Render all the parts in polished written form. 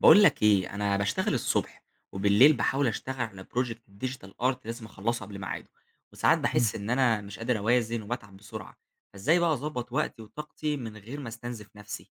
بقول لك ايه، انا بشتغل الصبح وبالليل بحاول اشتغل على بروجكت ديجيتال ارت لازم اخلصه قبل ميعاده، وساعات إمم، بحس ان انا مش قادر اوازن وبتعب بسرعه. فازاي بقى اظبط وقتي وطاقتي من غير ما استنزف نفسي؟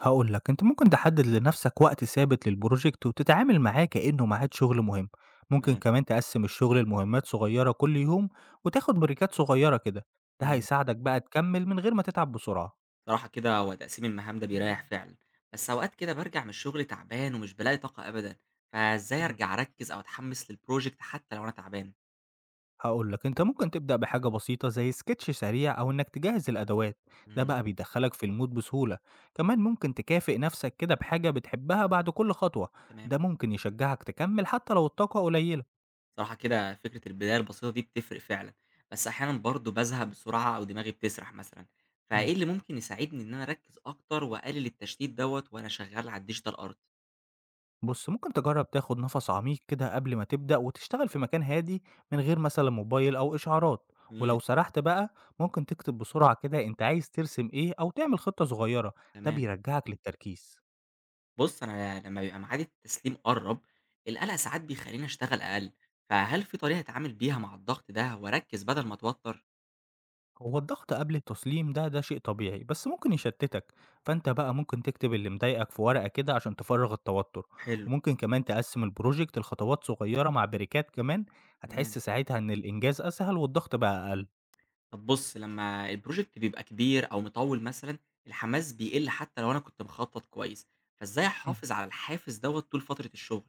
هاقول لك، أنت ممكن تحدد لنفْسك وقت ثابت للproject وتتعامل معاه كإنه ميعاد شغل مهم، ممكن تمام. كمان تقسّم الشغل لمهمات صغيّرة كل يوم وتاخد بريكات صغيّرة كده، ده امم. هيساعدك بقى تكمّل من غير ما تتعب بسرعة. صراحه كده هو تقسيم المهام ده بيريح فعلا، بس اوقات كده برجع من الشغل تعبان ومش بلاقي طاقه ابدا. فازاي إمم، ارجع اركز او اتحمس للبروجكت حتى لو انا تعبان؟ هاقول لك، أنت ممكن تبدأ بحاجة بسيطة زي sketch سريع أو إنك تجهّز الأدوات، ده امم. بقى بيدخّلك في الmood بسهولة، كمان ممكن تكافئ نفْسك كده بحاجة بتحبها بعد كل خطوة، تمام. ده ممكن يشجّعك تكمّل حتى لو الطاقة قليلة. صراحة كده فكرة البداية البسيطة دي بتفرق فعلًا، بس أحيانًا برضه بازهق بسرعة أو دماغي بتسرح مثلًا، إمم. فإيه اللي ممكن يساعدني إن أنا أركّز أكتر وأقلل التشتيت دوّة وأنا شغال على الdigital art؟ بُص، ممكن تجرّب تاخد نَفَس عميق كده قبل ما تبدأ وتشتغل في مكان هادي من غير مثلًا موبايل أو إشعارات، جميل، ولو سرحت بقى ممكن تكتب بسرعة كده أنت عايز ترسم إيه أو تعمل خطة صغيرة، ده تمام. بيرجّعك للتركيز. بُص، أنا لمّا بيبقى ميعاد التسليم قرّب، القلق ساعات بيخلّيني أشتغل أقل، فهل في طريقة أتعامل بيها مع الضغط ده وأركّز بدل ما أتوتر؟ هو الضغط قبل التسليم ده شيء طبيعي، بس ممكن يشتتك، فأنت بقى ممكن تكتب اللي مضايقك في ورقة كده عشان تفرّغ التوتر، حلو، وممكن كمان تقسّم الproject لخطوات صغيرة مع بريكات كمان، هتحس تمام. ساعتها إن الإنجاز أسهل والضغط بقى أقل. طب بُص، لمّا الproject بيبقى كبير أو مطوِّل مثلًا، الحماس بيقل حتى لو أنا كنت مخطط كويس، فإزاي أحافظ على الحافز دوّة طول فترة الشغل؟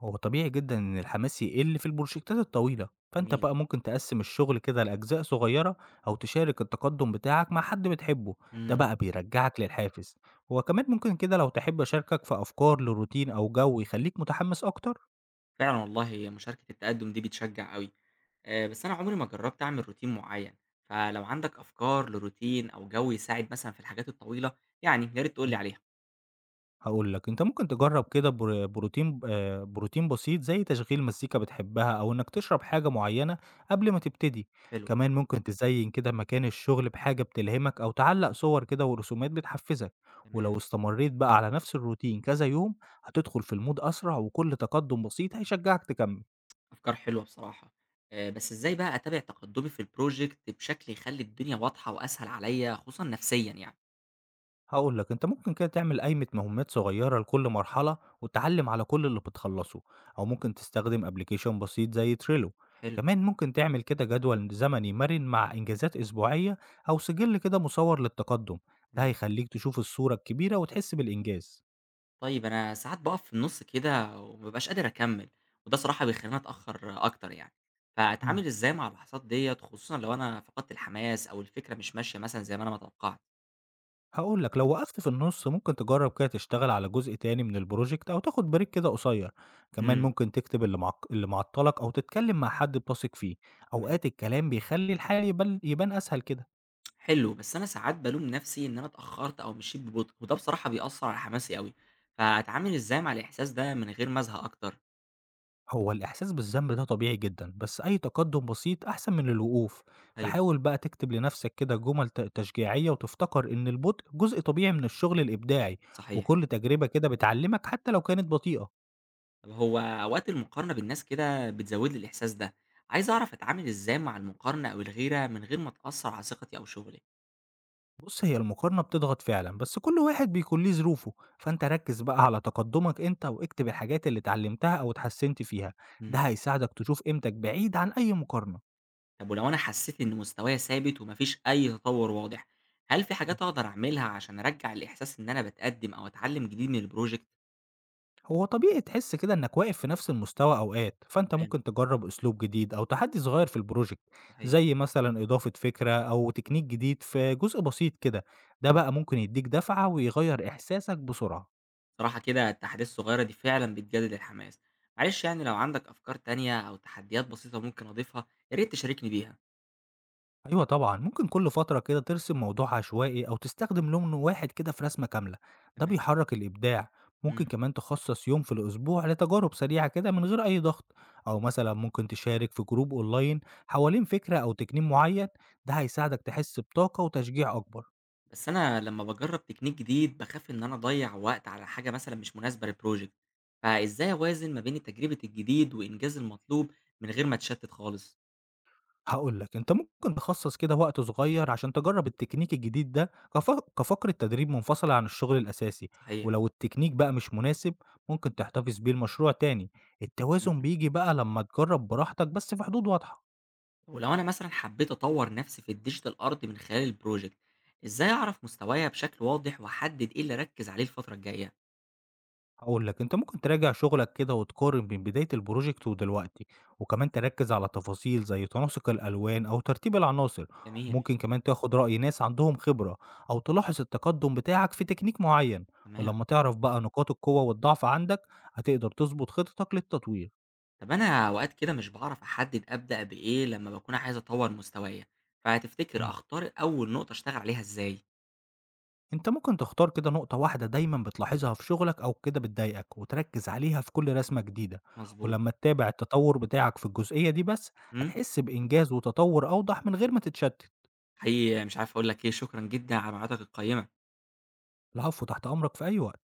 هو طبيعي جدا إن الحماس يقل في البروجكتات الطويلة فأنت جميل. بقى ممكن تقسم الشغل كده لأجزاء صغيرة أو تشارك التقدم بتاعك مع حد بتحبه ده إمم. بقى بيرجعك للحافز هو كمان ممكن كده لو تحب أشاركك في أفكار لروتين أو جو يخليك متحمس أكتر فعلًا والله هي مشاركة التقدُّم دي بتشجّع أوي. بس أنا عمري ما جرّبت أعمل routine معيّن، فلو عندك أفكار لroutine أو جو يساعد مثلًا في الحاجات الطويلة، يعني يا ريت تقول لي عليها. هاقول لك، أنت ممكن تجرّب كده بر بروتين بروتين بسيط زي تشغيل مزيكا بتحبها أو إنك تشرب حاجة معيّنة قبل ما تبتدي، حلوة، كمان ممكن تزيّن كده مكان الشغل بحاجة بتلهمك أو تعلّق صور كده ورسومات بتحفّزك، ولو تمام. استمريت بقى على نفس الروتين كذا يوم، هتدخل في الmood أسرع وكل تقدم بسيط هيشجّعك تكمّل. أفكار حلوة بصراحة. بس إزاي بقى أتابع تقدُّمي في الproject بشكل يخلّي الدنيا واضحة وأسهل عليّا خصوصًا نفسيًا يعني؟ هاقول لك، أنت ممكن كده تعمل قايمة مهمات صغيرة لكل مرحلة وتعلِّم على كل اللي بتخلّصه، أو ممكن تستخدم application بسيط زي Trello. حلو، كمان ممكن تعمل كده جدول زمني مَرِن مع إنجازات أسبوعية أو سِجِّل كده مصوَّر للتقدُّم، ده تمام. هيخلّيك تشوف الصورة الكبيرة وتحس بالإنجاز. طيب أنا ساعات باقف في النُص كده وما بابقاش قادر أكمّل، وده صراحة بيخلّيني أتأخّر أكتر يعني، إمم. فأتعامل إزاي مع اللحظات ديّة خصوصًا لو أنا فقدت الحماس أو الفكرة مش ماشية مثلًا زي ما أنا ما توقّعت؟ هاقول لك، لو وقفت في النُص ممكن تجرّب كده تشتغل على جزء تاني من الproject أو تاخد break كده قصيّر، كمان إمم، ممكن تكتب اللي معطّلك أو تتكلّم مع حد بتثق فيه، تمام. أوقات الكلام بيخلّي الحال يبان أسهل كده. حلو، بس أنا ساعات بالوم نَفْسي إن أنا اتأخّرت أو مشيت ببطء، وده بصراحة بيأثّر على حماسي أوي، فأتعامل إزاي مع الإحساس ده من غير ما أزهق أكتر؟ هو الإحساس بالذنب ده طبيعي جدًا، بس أي تقدُّم بسيط أحسن من الوقوف، أيوه، فحاول بقى تكتب لنَفْسك كده جُمل تشجيعية وتفتكر إن البُطء جزء طبيعي من الشغل الإبداعي، صحيح. وكل تجربة كده بتعلّمك حتى لو كانت بطيئة. طَب هو أوقات المقارنة بالناس كده بتزوّد لي الإحساس ده، عايز أعرف أتعامل إزاي مع المقارنة أو الغيرة من غير ما تأثّر على ثقتي أو شُغلي؟ بُص، هي المقارنة بتضغط فعلًا، بس كل واحد بيكون ليه ظروفه، فأنت ركّز بقى على تقدُّمك أنت واكتب الحاجات اللي اتعلّمتها أو اتحسّنت فيها، ده إمم. هيساعدك تشوف قيمتك بعيد عن أي مقارنة. طب ولو أنا حسيت إن مستوايا ثابت وما فيش أي تطور واضح، هل في إمم، حاجات أقدر أعملها عشان أرجّع الإحساس إن أنا باتقدّم أو أتعلّم جديد من الproject؟ هو طبيعي تحس كده إنّك واقف في نفس المستوى أوقات، فأنت تمام، ممكن تجرّب أسلوب جديد أو تحدّي صغير في الproject صحيح. زي مثلًا إضافة فكرة أو تكنيك جديد في جزء بسيط كده، ده بقى ممكن يدّيك دفعة ويغيّر إحساسك بسرعة. صراحة كده التحديات الصغيرة دي فعلًا بتجدد الحماس. معلش يعني لو عندك أفكار تانية أو تحديات بسيطة ممكن أضيفها، يا ريت تشاركني بيها. أيوه طبعًا، ممكن كل فترة كده ترسم موضوع عشوائي أو تستخدم لون واحد كده في رسمة كاملة، ده تمام. بيحرك الإبداع، ممكن إمم، كمان تخصص يوم في الأسبوع لتجارب سريعة كده من غير أي ضغط، أو مثلًا ممكن تشارك في جروب أونلاين حوالين فكرة أو تكنين معين، ده هيساعدك تحس بطاقة وتشجيع أكبر. بس أنا لمّا باجرّب technique جديد باخاف إن أنا أضيّع وقت على حاجة مثلًا مش مناسبة للproject، فإزاي أوازن ما بين تجربة الجديد وإنجاز المطلوب من غير ما أتشتت خالص؟ هاقول لك، أنت ممكن تخصّص كده وقت صغير عشان تجرّب التكنيك الجديد ده كفقرة تدريب منفصلة عن الشغل الأساسي، صحيح. ولو التكنيك بقى مش مناسب ممكن تحتفظ بيه لمشروع تاني، إمم. التوازن بييجي بقى لمّا تجرّب براحتك بس في حدود واضحة. ولو أنا مثلا حبيت أطور نفسي في الديجيتال أرت من خلال البروجكت، إزاي أعرف مستوايا بشكل واضح وأحدد إيه اللي أركز عليه الفترة الجاية؟ هاقول لك، أنت ممكن تراجع شغلك كده وتقارن بين بداية الproject ودلوقتي، وكمان تركز على تفاصيل زي تناسق الألوان أو ترتيب العناصر، جميل، ممكن كمان تاخد رأي ناس عندهم خبرة أو تلاحظ التقدم بتاعك في تكنيك معين، تمام. ولما تعرف بقى نقاط القوة والضعف عندك هتقدر تضبط خطتك للتطوير. طب أنا أوقات كده مش بعرف أحدد أبدأ بإيه لما بكون عايز أطور مستوايا، فهتفتكر إمم. أختار أول نقطة أشتغل عليها إزاي؟ أنت ممكن تختار كده نقطة واحدة دايما بتلاحظها في شغلك أو كده بتضايقك وتركز عليها في كل رسمة جديدة مظبوط. ولما تتابع التطور بتاعك في الجزئية دي بس امم. هتحس بإنجاز وتطور أوضح من غير ما تتشتت. حقيقي مش عارف أقول لك إيه، شكرا جدا على معلوماتك القيمة. العفو، تحت أمرك في أي وقت.